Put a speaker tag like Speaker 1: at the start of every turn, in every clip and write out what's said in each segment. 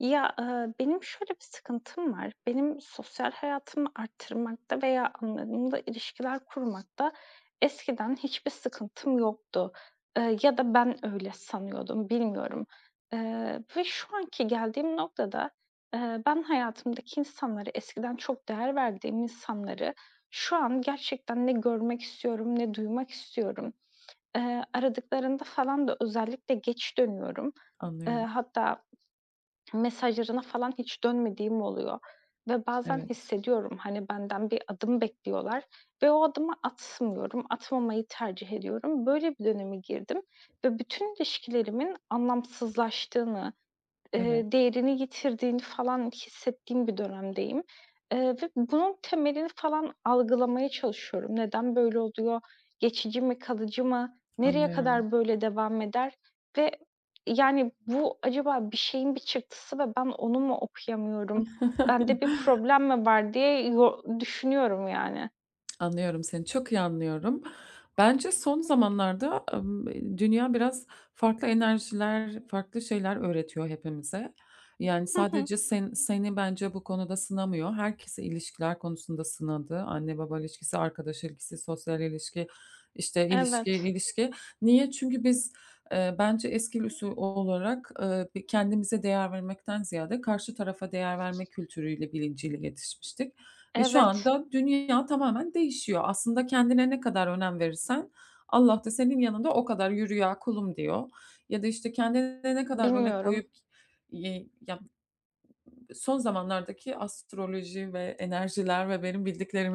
Speaker 1: Ya, benim şöyle bir sıkıntım var. Benim sosyal hayatımı arttırmakta veya anlamında ilişkiler kurmakta eskiden hiçbir sıkıntım yoktu, ya da ben öyle sanıyordum, bilmiyorum. Ve şu anki geldiğim noktada, ben hayatımdaki insanları, eskiden çok değer verdiğim insanları şu an gerçekten ne görmek istiyorum ne duymak istiyorum. Aradıklarında falan da özellikle geç dönüyorum. Eee,
Speaker 2: Anlıyorum.
Speaker 1: hatta mesajlarına falan hiç dönmediğim oluyor ve bazen
Speaker 2: Evet,
Speaker 1: hissediyorum, hani, benden bir adım bekliyorlar ve o adımı atmıyorum, atmamayı tercih ediyorum. Böyle bir döneme girdim ve bütün ilişkilerimin anlamsızlaştığını,
Speaker 2: evet.
Speaker 1: Değerini yitirdiğini falan hissettiğim bir dönemdeyim. Ve bunun temelini falan algılamaya çalışıyorum. Neden böyle oluyor? Geçici mi, kalıcı mı? Nereye
Speaker 2: Anlıyorum.
Speaker 1: kadar böyle devam eder? Ve yani bu acaba bir şeyin bir çıktısı ve ben onu mu okuyamıyorum? Bende bir problem mi var diye düşünüyorum yani.
Speaker 2: Anlıyorum seni, çok iyi anlıyorum. Bence son zamanlarda, dünya biraz farklı enerjiler, farklı şeyler öğretiyor hepimize. Yani,
Speaker 1: Hı hı.
Speaker 2: sadece sen seni bence bu konuda sınamıyor. Herkesi ilişkiler konusunda sınadı. Anne baba ilişkisi, arkadaş ilişkisi, sosyal ilişki, işte, ilişki,
Speaker 1: Evet.
Speaker 2: ilişki. Niye? Çünkü biz, bence eski usul olarak, bir kendimize değer vermekten ziyade karşı tarafa değer verme kültürüyle, bilinciyle yetişmiştik. Ve şu
Speaker 1: Evet.
Speaker 2: anda dünya tamamen değişiyor. Aslında kendine ne kadar önem verirsen Allah da senin yanında o kadar "Yürü ya, kulum." diyor. Ya da, işte, kendine ne kadar öne
Speaker 1: Bilmiyorum.
Speaker 2: koyup, ya son zamanlardaki astroloji ve enerjiler ve benim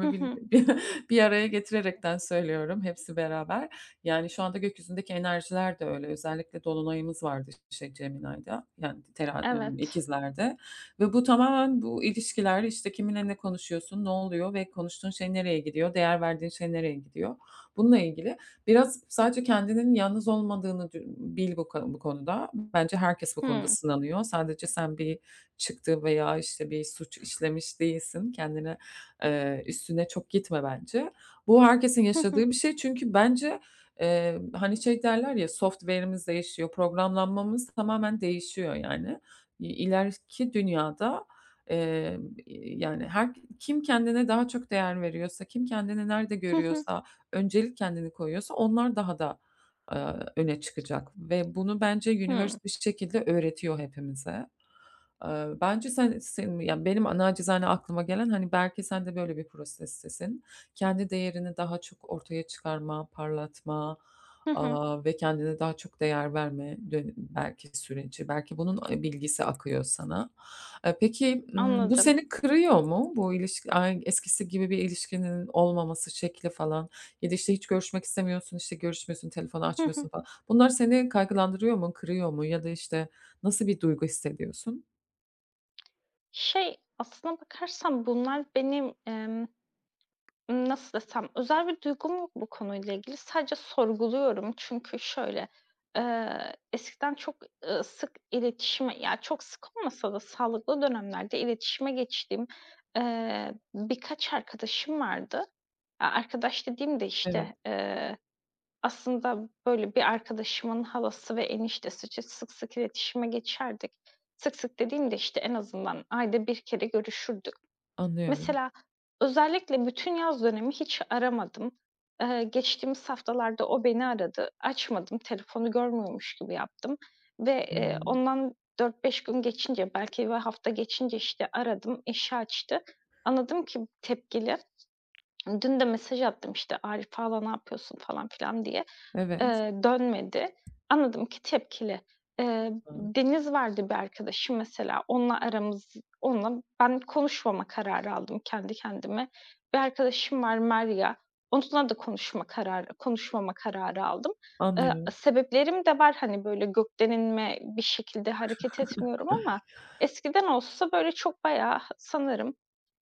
Speaker 1: Hı hı.
Speaker 2: bir araya getirerekten söylüyorum hepsi beraber. Yani, şu anda gökyüzündeki enerjiler de öyle. Özellikle dolunayımız vardı şey Geminay'da, yani,
Speaker 1: Evet.
Speaker 2: ikizlerde ve bu tamamen bu ilişkiler, işte, kiminle ne konuşuyorsun, ne oluyor ve konuştuğun şey nereye gidiyor, değer verdiğin şey nereye gidiyor? Bununla ilgili. Biraz sadece kendinin yalnız olmadığını dü bil bu ko bu konuda. Bence herkes bu konuda
Speaker 1: Hımm.
Speaker 2: sınanıyor. Sadece sen bir çıktı veya, işte, bir suç işlemiş değilsin. Kendine, üstüne çok gitme bence. Bu herkesin
Speaker 1: Hı hı.
Speaker 2: yaşadığı bir şey çünkü bence, hani, şey derler ya, software'imiz değişiyor, programlanmamız tamamen değişiyor yani. İ ileriki dünyada, eee, yani, her kim kendine daha çok değer veriyorsa, kim kendini nerede
Speaker 1: Hı hı.
Speaker 2: görüyorsa, öncelik kendini koyuyorsa onlar daha da, eee, öne çıkacak ve bunu bence
Speaker 1: Hımm.
Speaker 2: üniversite bir şekilde öğretiyor hepimize. Bence sen ya, benim aklıma gelen, hani, belki sen de böyle bir prosestesin. Kendi değerini daha çok ortaya çıkarma, parlatma,
Speaker 1: Hı hı.
Speaker 2: ve kendine daha çok değer verme belki süreci. Belki bunun, bilgisi akıyor sana. Peki, bu
Speaker 1: Anladım.
Speaker 2: seni kırıyor mu? Bu ilişki eskisi gibi bir ilişkinin olmaması şekli falan ya da, işte, hiç görüşmek istemiyorsun, işte, görüşmüyorsun, telefonu
Speaker 1: Hı
Speaker 2: açmıyorsun
Speaker 1: hı.
Speaker 2: falan. Bunlar seni kaygılandırıyor mu, kırıyor mu ya da, işte, nasıl bir duygu hissediyorsun?
Speaker 1: Şey, aslına bakarsan bunlar benim, nasıl desem, özel bir duygum yok bu konuyla ilgili. Sadece sorguluyorum çünkü şöyle, eskiden çok, sık iletişime, ya, çok sık olmasa da sağlıklı dönemlerde iletişime geçtiğim, birkaç arkadaşım vardı. Ya, arkadaş dediğim de,
Speaker 2: Evet,
Speaker 1: işte, aslında, böyle, bir arkadaşımın halası ve eniştesi için sık sık iletişime geçerdik. Sık sık dediğimde işte, en azından ayda bir kere görüşürdük.
Speaker 2: anlıyorum.
Speaker 1: Mesela özellikle bütün yaz dönemi hiç aramadım. Geçtiğimiz haftalarda o beni aradı. Açmadım, telefonu görmüyormuş gibi yaptım ve,
Speaker 2: Hımm.
Speaker 1: ondan 4-5 gün geçince belki bir hafta geçince, işte, aradım, eşi açtı. Anladım ki tepkili. Dün de mesaj attım, işte, "Arif hala ne yapıyorsun?" falan filan diye.
Speaker 2: Evet.
Speaker 1: Dönmedi. Anladım ki tepkili. Eee,
Speaker 2: Hıı.
Speaker 1: Deniz vardı bir arkadaşım mesela, onunla ben konuşmama kararı aldım kendi kendime. Bir arkadaşım var Merya, onunla da konuşmama kararı aldım. Eee,
Speaker 2: Anlıyorum.
Speaker 1: sebeplerim de var, hani, böyle gökten bir şekilde hareket etmiyorum ama eskiden olsa böyle çok bayağı sanırım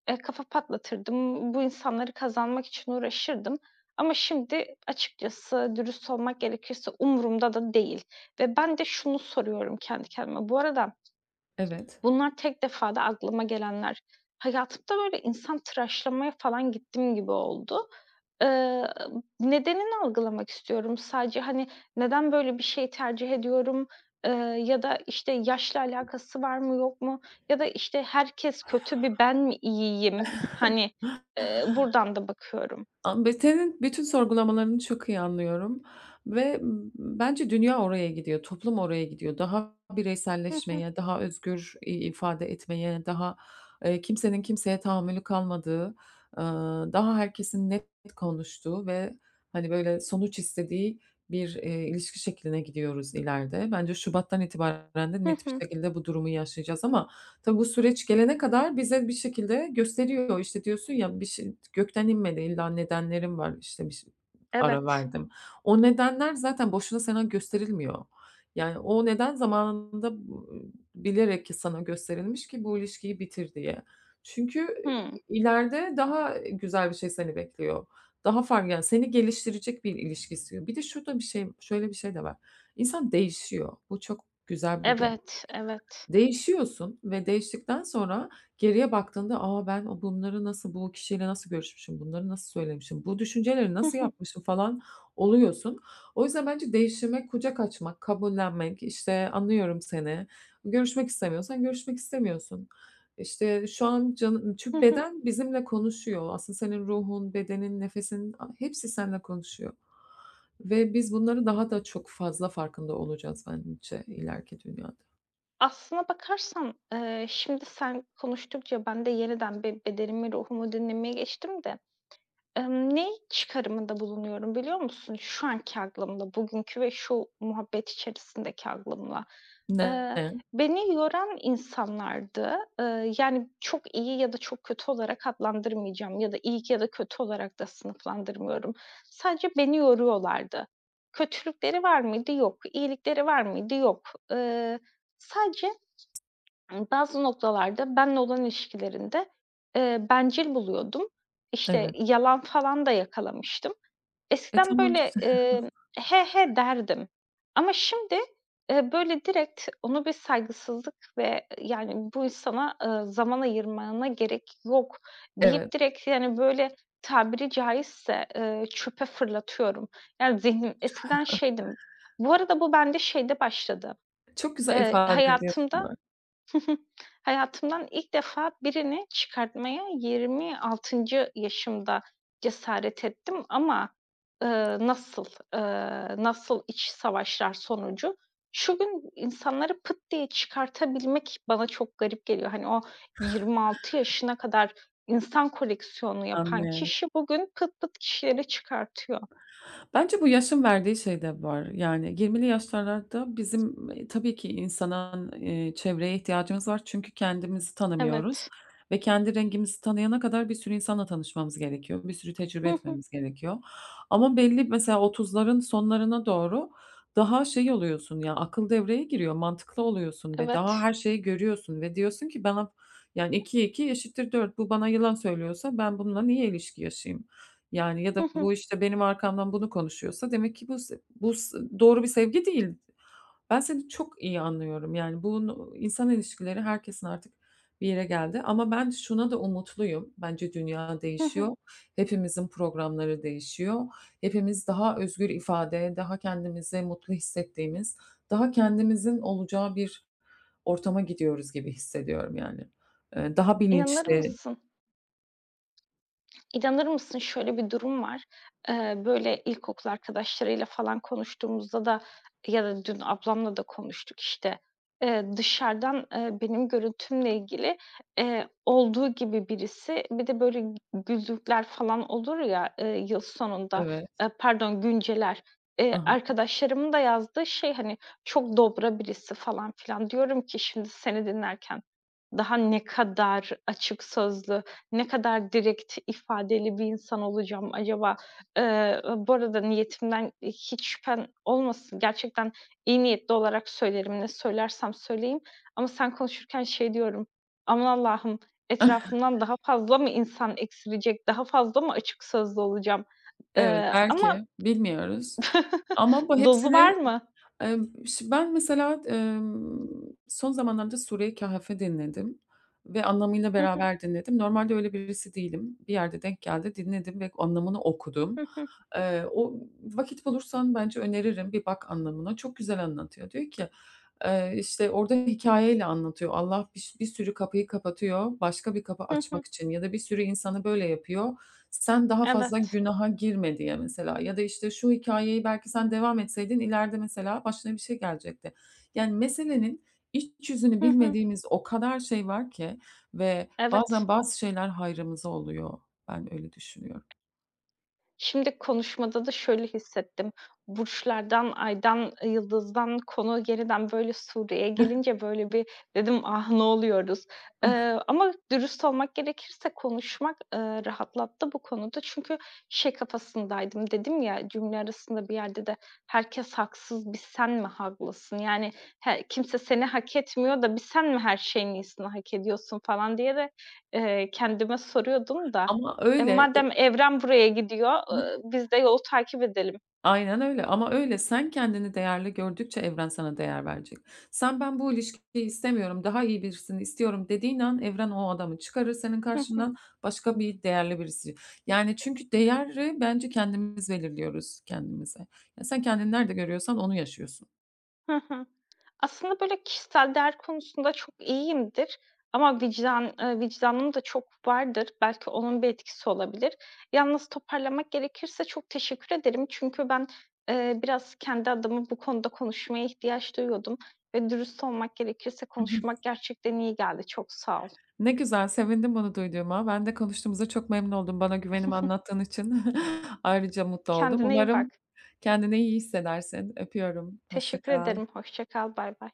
Speaker 1: Kafa patlatırdım. Bu insanları kazanmak için uğraşırdım ama şimdi açıkçası dürüst olmak gerekirse umurumda da değil ve ben de şunu soruyorum kendi kendime. Bu arada
Speaker 2: Evet.
Speaker 1: bunlar tek defada aklıma gelenler. Hayatımda böyle insan tıraşlamaya falan gittim gibi oldu. Eee, nedenini algılamak istiyorum. Sadece, hani, neden böyle bir şey tercih ediyorum, eee, ya da, işte, yaşla alakası var mı yok mu ya da, işte, herkes kötü bir ben mi iyiyim? Hani, buradan da bakıyorum.
Speaker 2: Be senin bütün sorgulamalarını çok iyi anlıyorum ve bence dünya oraya gidiyor, toplum oraya gidiyor. Daha
Speaker 1: Hı hı.
Speaker 2: bireyselleşmeye, daha özgür ifade etmeye, daha, kimsenin kimseye tahammülü kalmadığı, daha herkesin net konuştuğu ve, hani, böyle, sonuç istediği bir, ilişki şekline gidiyoruz ileride. Bence şubattan itibaren de
Speaker 1: Hı
Speaker 2: net bir
Speaker 1: hı.
Speaker 2: şekilde bu durumu yaşayacağız ama tabii bu süreç gelene kadar bize bir şekilde gösteriyor. İşte, diyorsun ya, bir şey gökten inmedi, illa nedenlerim var, işte, bir şey ara
Speaker 1: Evet.
Speaker 2: verdim. O nedenler zaten boşuna sana gösterilmiyor. Yani o neden zamanında, bilerek sana gösterilmiş ki bu ilişkiyi bitir diye. Çünkü
Speaker 1: Hımm.
Speaker 2: ileride daha güzel bir şey seni bekliyor. Daha farklı, yani seni geliştirecek bir ilişki istiyor. Bir de şurada bir şey şöyle bir şey de var. İnsan değişiyor. Bu çok güzel bir gerçek.
Speaker 1: Evet, evet.
Speaker 2: Değişiyorsun ve değiştikten sonra geriye baktığında, "Aa ben o bunları nasıl, bu kişiyle nasıl görüşmüşüm, bunları nasıl söylemişim, bu düşünceleri
Speaker 1: Hı
Speaker 2: nasıl
Speaker 1: hı.
Speaker 2: yapmışım?" falan oluyorsun. O yüzden bence değişime kucak açmak, kabullenmek, işte, "Anlıyorum seni, görüşmek istemiyorsan görüşmek istemiyorsun." İşte, şu an canım
Speaker 1: Hı
Speaker 2: çünkü
Speaker 1: hı.
Speaker 2: beden bizimle konuşuyor. Aslında senin ruhun, bedenin, nefesin hepsi seninle konuşuyor ve biz bunları daha da çok fazla farkında olacağız bence ileriki dünyada.
Speaker 1: Aslına bakarsan, şimdi sen konuştukça ben de yeniden bedenimi, ruhumu dinlemeye geçtim de, ne çıkarımında bulunuyorum biliyor musun? Şu anki aklımla, bugünkü ve şu muhabbet içerisindeki aklımla. Eee,
Speaker 2: Ne?
Speaker 1: beni yoran insanlardı. Yani çok iyi ya da çok kötü olarak adlandırmayacağım ya da iyi ya da kötü olarak da sınıflandırmıyorum. Sadece beni yoruyorlardı. Kötülükleri var mıydı? Yok. İyilikleri var mıydı? Yok. Eee, sadece bazı noktalarda benle olan ilişkilerinde, bencil buluyordum. İşte,
Speaker 2: Evet.
Speaker 1: yalan falan da yakalamıştım.
Speaker 2: E,
Speaker 1: Eskiden
Speaker 2: tamam
Speaker 1: böyle,
Speaker 2: işte.
Speaker 1: "He he." derdim ama şimdi, böyle direkt onu bir saygısızlık ve, yani, bu insana, zaman ayırmana gerek yok
Speaker 2: Evet.
Speaker 1: deyip direkt, yani, böyle tabiri caizse, çöpe fırlatıyorum. Yani, zihnim eskiden şeydim. Bu arada bu bende şeyde başladı,
Speaker 2: Çok güzel ifade ediyorsun
Speaker 1: hayatımda.
Speaker 2: bak.
Speaker 1: Hı hı. Hayatımdan ilk defa birini çıkartmaya 26. yaşımda cesaret ettim ama, ııı, nasıl, nasıl iç savaşlar sonucu. Şu gün insanları pıt diye çıkartabilmek bana çok garip geliyor. Hani, o 26 yaşına kadar insan koleksiyonu yapan
Speaker 2: Anlıyorum.
Speaker 1: kişi bugün pıt pıt kişileri çıkartıyor.
Speaker 2: Bence bu yaşın verdiği şey de var. Yani 20'li yaşlarda bizim, tabii ki insanın, çevreye ihtiyacımız var. Çünkü kendimizi tanımıyoruz
Speaker 1: Evet.
Speaker 2: ve kendi rengimizi tanıyana kadar bir sürü insanla tanışmamız gerekiyor. Bir sürü tecrübe
Speaker 1: Hı hı.
Speaker 2: etmemiz gerekiyor. Ama belli mesela 30'ların sonlarına doğru daha şey oluyorsun ya, akıl devreye giriyor, mantıklı oluyorsun ve daha
Speaker 1: Evet.
Speaker 2: her şeyi görüyorsun ve diyorsun ki ben yani 2 2 eşittir 4, bu bana yalan söylüyorsa ben bununla niye ilişki yaşayayım? Yani ya
Speaker 1: Hı
Speaker 2: da
Speaker 1: hı.
Speaker 2: bu, işte, benim arkamdan bunu konuşuyorsa demek ki bu se bu s doğru bir sevgi değil. Ben seni çok iyi anlıyorum. Yani, bunu insan ilişkileri herkesin artık bir yere geldi ama ben şuna da umutluyum. Bence dünya
Speaker 1: Hı hı.
Speaker 2: değişiyor. Hepimizin programları değişiyor. Hepimiz daha özgür ifade, daha kendimizi mutlu hissettiğimiz, daha kendimizin olacağı bir ortama gidiyoruz gibi hissediyorum, yani. Daha
Speaker 1: İnanır
Speaker 2: bilinçli.
Speaker 1: mısın? İnanır mısın şöyle bir durum var. Böyle ilkokul arkadaşlarıyla falan konuştuğumuzda da ya da dün ablamla da konuştuk işte. Dışarıdan, benim görüntümle ilgili, olduğu gibi birisi bir de böyle güldükler falan olur ya, yıl sonunda,
Speaker 2: Evet.
Speaker 1: pardon günceler.
Speaker 2: Hı,
Speaker 1: Arkadaşlarımın da yazdığı şey, hani, çok dobra birisi falan filan. Diyorum ki şimdi seni dinlerken daha ne kadar açık sözlü, ne kadar direkt ifadeli bir insan olacağım acaba? Bu arada niyetimden hiç şüphen olmasın. Gerçekten iyi niyetli olarak söylerim, ne söylersem söyleyeyim ama sen konuşurken şey diyorum, "Aman Allah'ım, etrafımdan daha fazla mı insan eksilecek, daha fazla mı açık sözlü olacağım?"
Speaker 2: evet,
Speaker 1: Eee,
Speaker 2: belki,
Speaker 1: ama
Speaker 2: bilmiyoruz ama bu
Speaker 1: dozu
Speaker 2: hepsini,
Speaker 1: var mı?
Speaker 2: ben mesela, son zamanlarda Sure Kehf'i dinledim ve anlamıyla
Speaker 1: Hı hı,
Speaker 2: beraber dinledim. Normalde öyle birisi değilim. Bir yerde denk geldi, dinledim ve anlamını okudum.
Speaker 1: hı hı,
Speaker 2: O vakit bulursan bence öneririm, bir bak anlamına. Çok güzel anlatıyor. Diyor ki, işte, orada hikâyeyle anlatıyor. Allah bir sürü kapıyı kapatıyor, başka bir kapı
Speaker 1: hı hı.
Speaker 2: açmak için ya da bir sürü insanı böyle yapıyor. Sen daha fazla
Speaker 1: Evet.
Speaker 2: günaha girme diye mesela ya da, işte, şu hikayeyi belki sen devam etseydin ileride mesela başına bir şey gelecekti. Yani meselenin iç yüzünü
Speaker 1: Hı hı,
Speaker 2: bilmediğimiz o kadar şey var ki ve
Speaker 1: evet.
Speaker 2: bazen bazı şeyler hayrımıza oluyor. Ben öyle düşünüyorum.
Speaker 1: Şimdi konuşmada da şöyle hissettim. Burçlardan, aydan, yıldızdan konu yeniden böyle Suriye'ye gelince böyle bir dedim, "Ah, ne oluyoruz?" Ama dürüst olmak gerekirse konuşmak, rahatlattı bu konuda. Çünkü şey kafasındaydım, dedim ya cümle arasında bir yerde de "Herkes haksız, sen mi haklısın?" Yani he kimse seni hak etmiyor da sen mi her şeyin iyisini hak ediyorsun falan diye de, kendime soruyordum da
Speaker 2: Ama öyle de.
Speaker 1: madem evren buraya gidiyor, biz de yolu takip edelim.
Speaker 2: Aynen öyle, ama öyle sen kendini değerli gördükçe evren sana değer verecek. Sen "Ben bu ilişkiyi istemiyorum, daha iyi birisini istiyorum." dediğin an evren o adamı çıkarır senin
Speaker 1: Hı hı.
Speaker 2: karşından, başka bir değerli birisi. Yani çünkü değeri bence kendimiz belirliyoruz kendimize. Ya sen kendini nerede görüyorsan onu yaşıyorsun.
Speaker 1: Hı hı. Aslında böyle kişisel değer konusunda çok iyiyimdir ama vicdanım da çok vardır. Belki onun bir etkisi olabilir. Yalnız toparlamak gerekirse çok teşekkür ederim. Çünkü ben, biraz kendi adıma bu konuda konuşmaya ihtiyaç duyuyordum ve dürüst olmak gerekirse
Speaker 2: Hı hı.
Speaker 1: konuşmak gerçekten iyi geldi. Çok sağ ol.
Speaker 2: Ne güzel, sevindim bunu duyduğuma. Ben de konuştuğumuza çok memnun oldum. Bana güvenimi anlattığın için ayrıca mutlu oldum.
Speaker 1: Kendine iyi
Speaker 2: Umarım
Speaker 1: bak.
Speaker 2: kendini iyi hissedersin. Öpüyorum. Hoşça
Speaker 1: Teşekkür
Speaker 2: kal.
Speaker 1: ederim. Hoşça kal. Baybay.